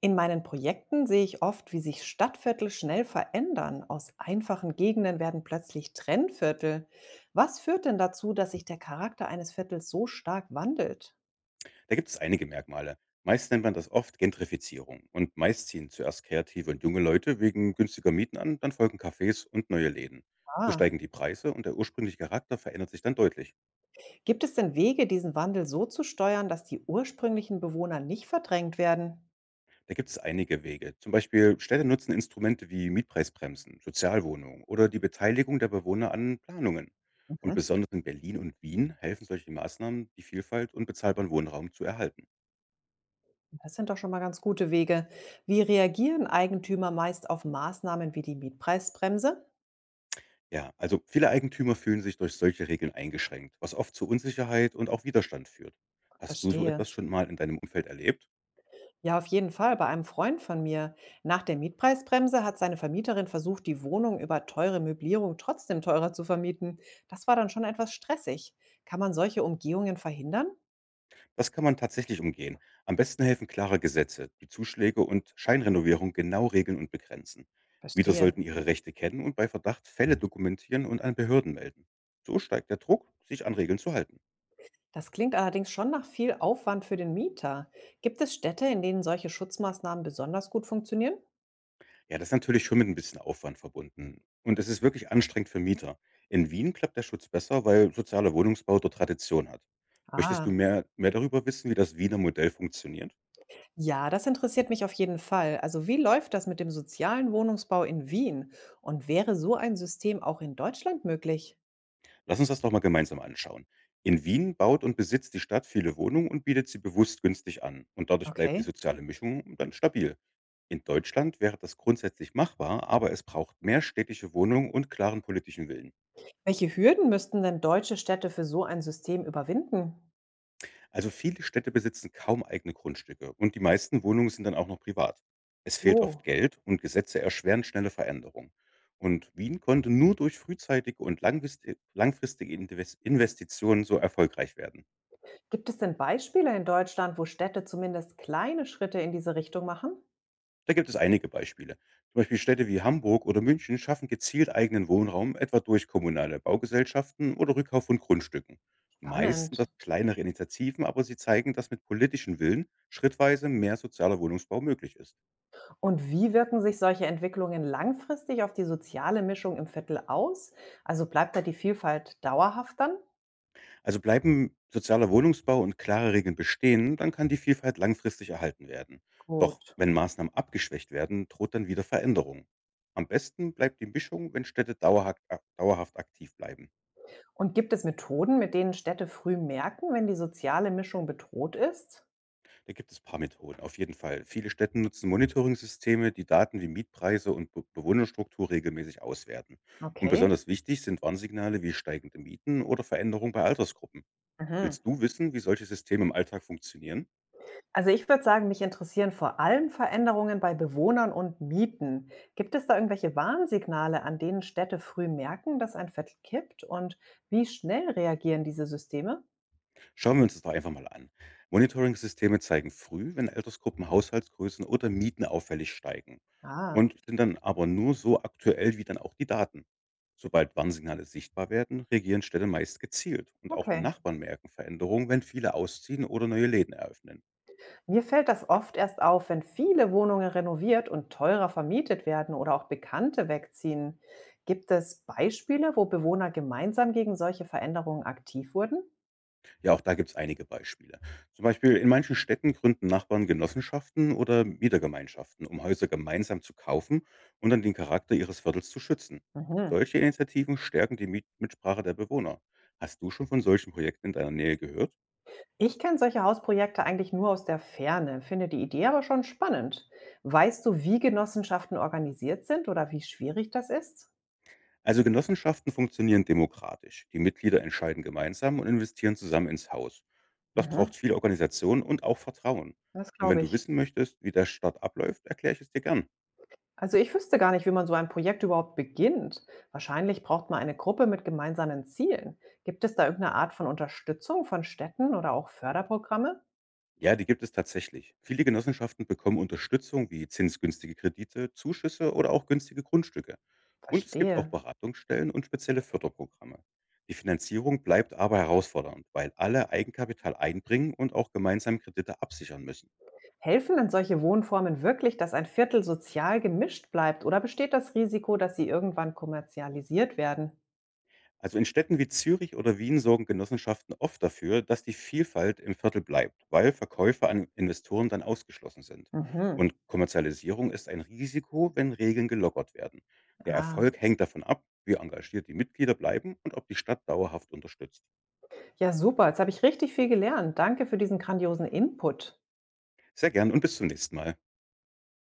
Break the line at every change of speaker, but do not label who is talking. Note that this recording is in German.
In meinen Projekten sehe ich oft, wie sich Stadtviertel schnell verändern. Aus einfachen Gegenden werden plötzlich Trennviertel. Was führt denn dazu, dass sich der Charakter eines Viertels so stark wandelt?
Da gibt es einige Merkmale. Meist nennt man das oft Gentrifizierung. Und meist ziehen zuerst kreative und junge Leute wegen günstiger Mieten an, dann folgen Cafés und neue Läden. So
Ah,
steigen die Preise und der ursprüngliche Charakter verändert sich dann deutlich.
gibt es denn Wege, diesen Wandel so zu steuern, dass die ursprünglichen Bewohner nicht verdrängt werden?
Da gibt es einige Wege. Zum Beispiel Städte nutzen Instrumente wie Mietpreisbremsen, Sozialwohnungen oder die Beteiligung der Bewohner an Planungen. Und
Mhm.
besonders in Berlin und Wien helfen solche Maßnahmen, die Vielfalt und bezahlbaren Wohnraum zu erhalten.
Das sind doch schon mal ganz gute Wege. Wie reagieren Eigentümer meist auf Maßnahmen wie die Mietpreisbremse?
Ja, also viele Eigentümer fühlen sich durch solche Regeln eingeschränkt, was oft zu Unsicherheit und auch Widerstand führt. Hast du so
Verstehe.
etwas schon mal in deinem Umfeld erlebt?
Ja, auf jeden Fall. Bei einem Freund von mir. Nach der Mietpreisbremse hat seine Vermieterin versucht, die Wohnung über teure Möblierung trotzdem teurer zu vermieten. Das war dann schon etwas stressig. Kann man solche Umgehungen verhindern?
Das kann man tatsächlich umgehen. Am besten helfen klare Gesetze, die Zuschläge und Scheinrenovierung genau regeln und begrenzen. Mieter
Verstehe.
sollten ihre Rechte kennen und bei Verdacht Fälle dokumentieren und an Behörden melden. So steigt der Druck, sich an Regeln zu halten.
Das klingt allerdings schon nach viel Aufwand für den Mieter. Gibt es Städte, in denen solche Schutzmaßnahmen besonders gut funktionieren?
Ja, das ist natürlich schon mit ein bisschen Aufwand verbunden und es ist wirklich anstrengend für Mieter. In Wien klappt der Schutz besser, weil sozialer Wohnungsbau dort Tradition hat. Möchtest du
Ah,
mehr darüber wissen, wie das Wiener Modell funktioniert?
ja, das interessiert mich auf jeden Fall. Also wie läuft das mit dem sozialen Wohnungsbau in Wien? Und wäre so ein System auch in Deutschland möglich?
Lass uns das doch mal gemeinsam anschauen. In Wien baut und besitzt die Stadt viele Wohnungen und bietet sie bewusst günstig an und dadurch bleibt die
Okay.
soziale Mischung dann stabil. In Deutschland wäre das grundsätzlich machbar, aber es braucht mehr städtische Wohnungen und klaren politischen Willen.
Welche Hürden müssten denn deutsche Städte für so ein System überwinden?
Also viele Städte besitzen kaum eigene Grundstücke und die meisten Wohnungen sind dann auch noch privat. Es fehlt oft
Oh.
Geld und Gesetze erschweren schnelle Veränderungen. Und Wien konnte nur durch frühzeitige und langfristige Investitionen so erfolgreich werden.
Gibt es denn Beispiele in Deutschland, wo Städte zumindest kleine Schritte in diese Richtung machen?
Da gibt es einige Beispiele. Zum Beispiel Städte wie Hamburg oder München schaffen gezielt eigenen Wohnraum, etwa durch kommunale Baugesellschaften oder Rückkauf von Grundstücken. Meist
Spannend.
sind das kleinere Initiativen, aber sie zeigen, dass mit politischem Willen schrittweise mehr sozialer Wohnungsbau möglich ist.
Und wie wirken sich solche Entwicklungen langfristig auf die soziale Mischung im Viertel aus? Also bleibt da die Vielfalt dauerhaft dann?
Also bleiben sozialer Wohnungsbau und klare Regeln bestehen, dann kann die Vielfalt langfristig erhalten werden. Doch
Gut.
wenn Maßnahmen abgeschwächt werden, droht dann wieder Veränderung. Am besten bleibt die Mischung, wenn Städte dauerhaft aktiv bleiben.
Und gibt es Methoden, mit denen Städte früh merken, wenn die soziale Mischung bedroht ist?
Da gibt es ein paar Methoden, auf jeden Fall. Viele Städte nutzen Monitoring-Systeme, die Daten wie Mietpreise und Be Bewohnerstruktur regelmäßig auswerten. Und
Okay.
besonders wichtig sind Warnsignale wie steigende Mieten oder Veränderungen bei Altersgruppen.
Mhm.
Willst du wissen, wie solche Systeme im Alltag funktionieren?
Also ich würde sagen, mich interessieren vor allem Veränderungen bei Bewohnern und Mieten. Gibt es da irgendwelche Warnsignale, an denen Städte früh merken, dass ein Viertel kippt? Und wie schnell reagieren diese Systeme?
Schauen wir uns das doch einfach mal an. Monitoring-Systeme zeigen früh, wenn Altersgruppen, Haushaltsgrößen oder Mieten auffällig steigen
Ah,
und sind dann aber nur so aktuell wie dann auch die Daten. Sobald Warnsignale sichtbar werden, reagieren Städte meist gezielt und auch
okay.
Nachbarn merken Veränderungen, wenn viele ausziehen oder neue Läden eröffnen.
Mir fällt das oft erst auf, wenn viele Wohnungen renoviert und teurer vermietet werden oder auch Bekannte wegziehen. Gibt es Beispiele, wo Bewohner gemeinsam gegen solche Veränderungen aktiv wurden?
Ja, auch da gibt's einige Beispiele. Zum Beispiel in manchen Städten gründen Nachbarn Genossenschaften oder Mietergemeinschaften, um Häuser gemeinsam zu kaufen und dann den Charakter ihres Viertels zu schützen.
Mhm.
Solche Initiativen stärken die Mitsprache der Bewohner. Hast du schon von solchen Projekten in deiner Nähe gehört?
Ich kenne solche Hausprojekte eigentlich nur aus der Ferne, finde die Idee aber schon spannend. Weißt du, wie Genossenschaften organisiert sind oder wie schwierig das ist?
Also Genossenschaften funktionieren demokratisch. Die Mitglieder entscheiden gemeinsam und investieren zusammen ins Haus. Das
Mhm,
braucht viel Organisation und auch Vertrauen.
das
Und wenn
glaube
du
ich.
wissen möchtest, wie der Start abläuft, erkläre ich es dir gern.
Also ich wüsste gar nicht, wie man so ein Projekt überhaupt beginnt. Wahrscheinlich braucht man eine Gruppe mit gemeinsamen Zielen. Gibt es da irgendeine Art von Unterstützung von Städten oder auch Förderprogramme?
Ja, die gibt es tatsächlich. Viele Genossenschaften bekommen Unterstützung wie zinsgünstige Kredite, Zuschüsse oder auch günstige Grundstücke. Und es gibt auch
Verstehe.
Beratungsstellen und spezielle Förderprogramme. Die Finanzierung bleibt aber herausfordernd, weil alle Eigenkapital einbringen und auch gemeinsam Kredite absichern müssen.
Helfen denn solche Wohnformen wirklich, dass ein Viertel sozial gemischt bleibt oder besteht das Risiko, dass sie irgendwann kommerzialisiert werden?
Also in Städten wie Zürich oder Wien sorgen Genossenschaften oft dafür, dass die Vielfalt im Viertel bleibt, weil Verkäufer an Investoren dann ausgeschlossen sind.
Mhm.
Und Kommerzialisierung ist ein Risiko, wenn Regeln gelockert werden. Der
Ah,
Erfolg hängt davon ab, wie engagiert die Mitglieder bleiben und ob die Stadt dauerhaft unterstützt.
ja, super. Jetzt habe ich richtig viel gelernt. Danke für diesen grandiosen Input.
Sehr gern und bis zum nächsten Mal.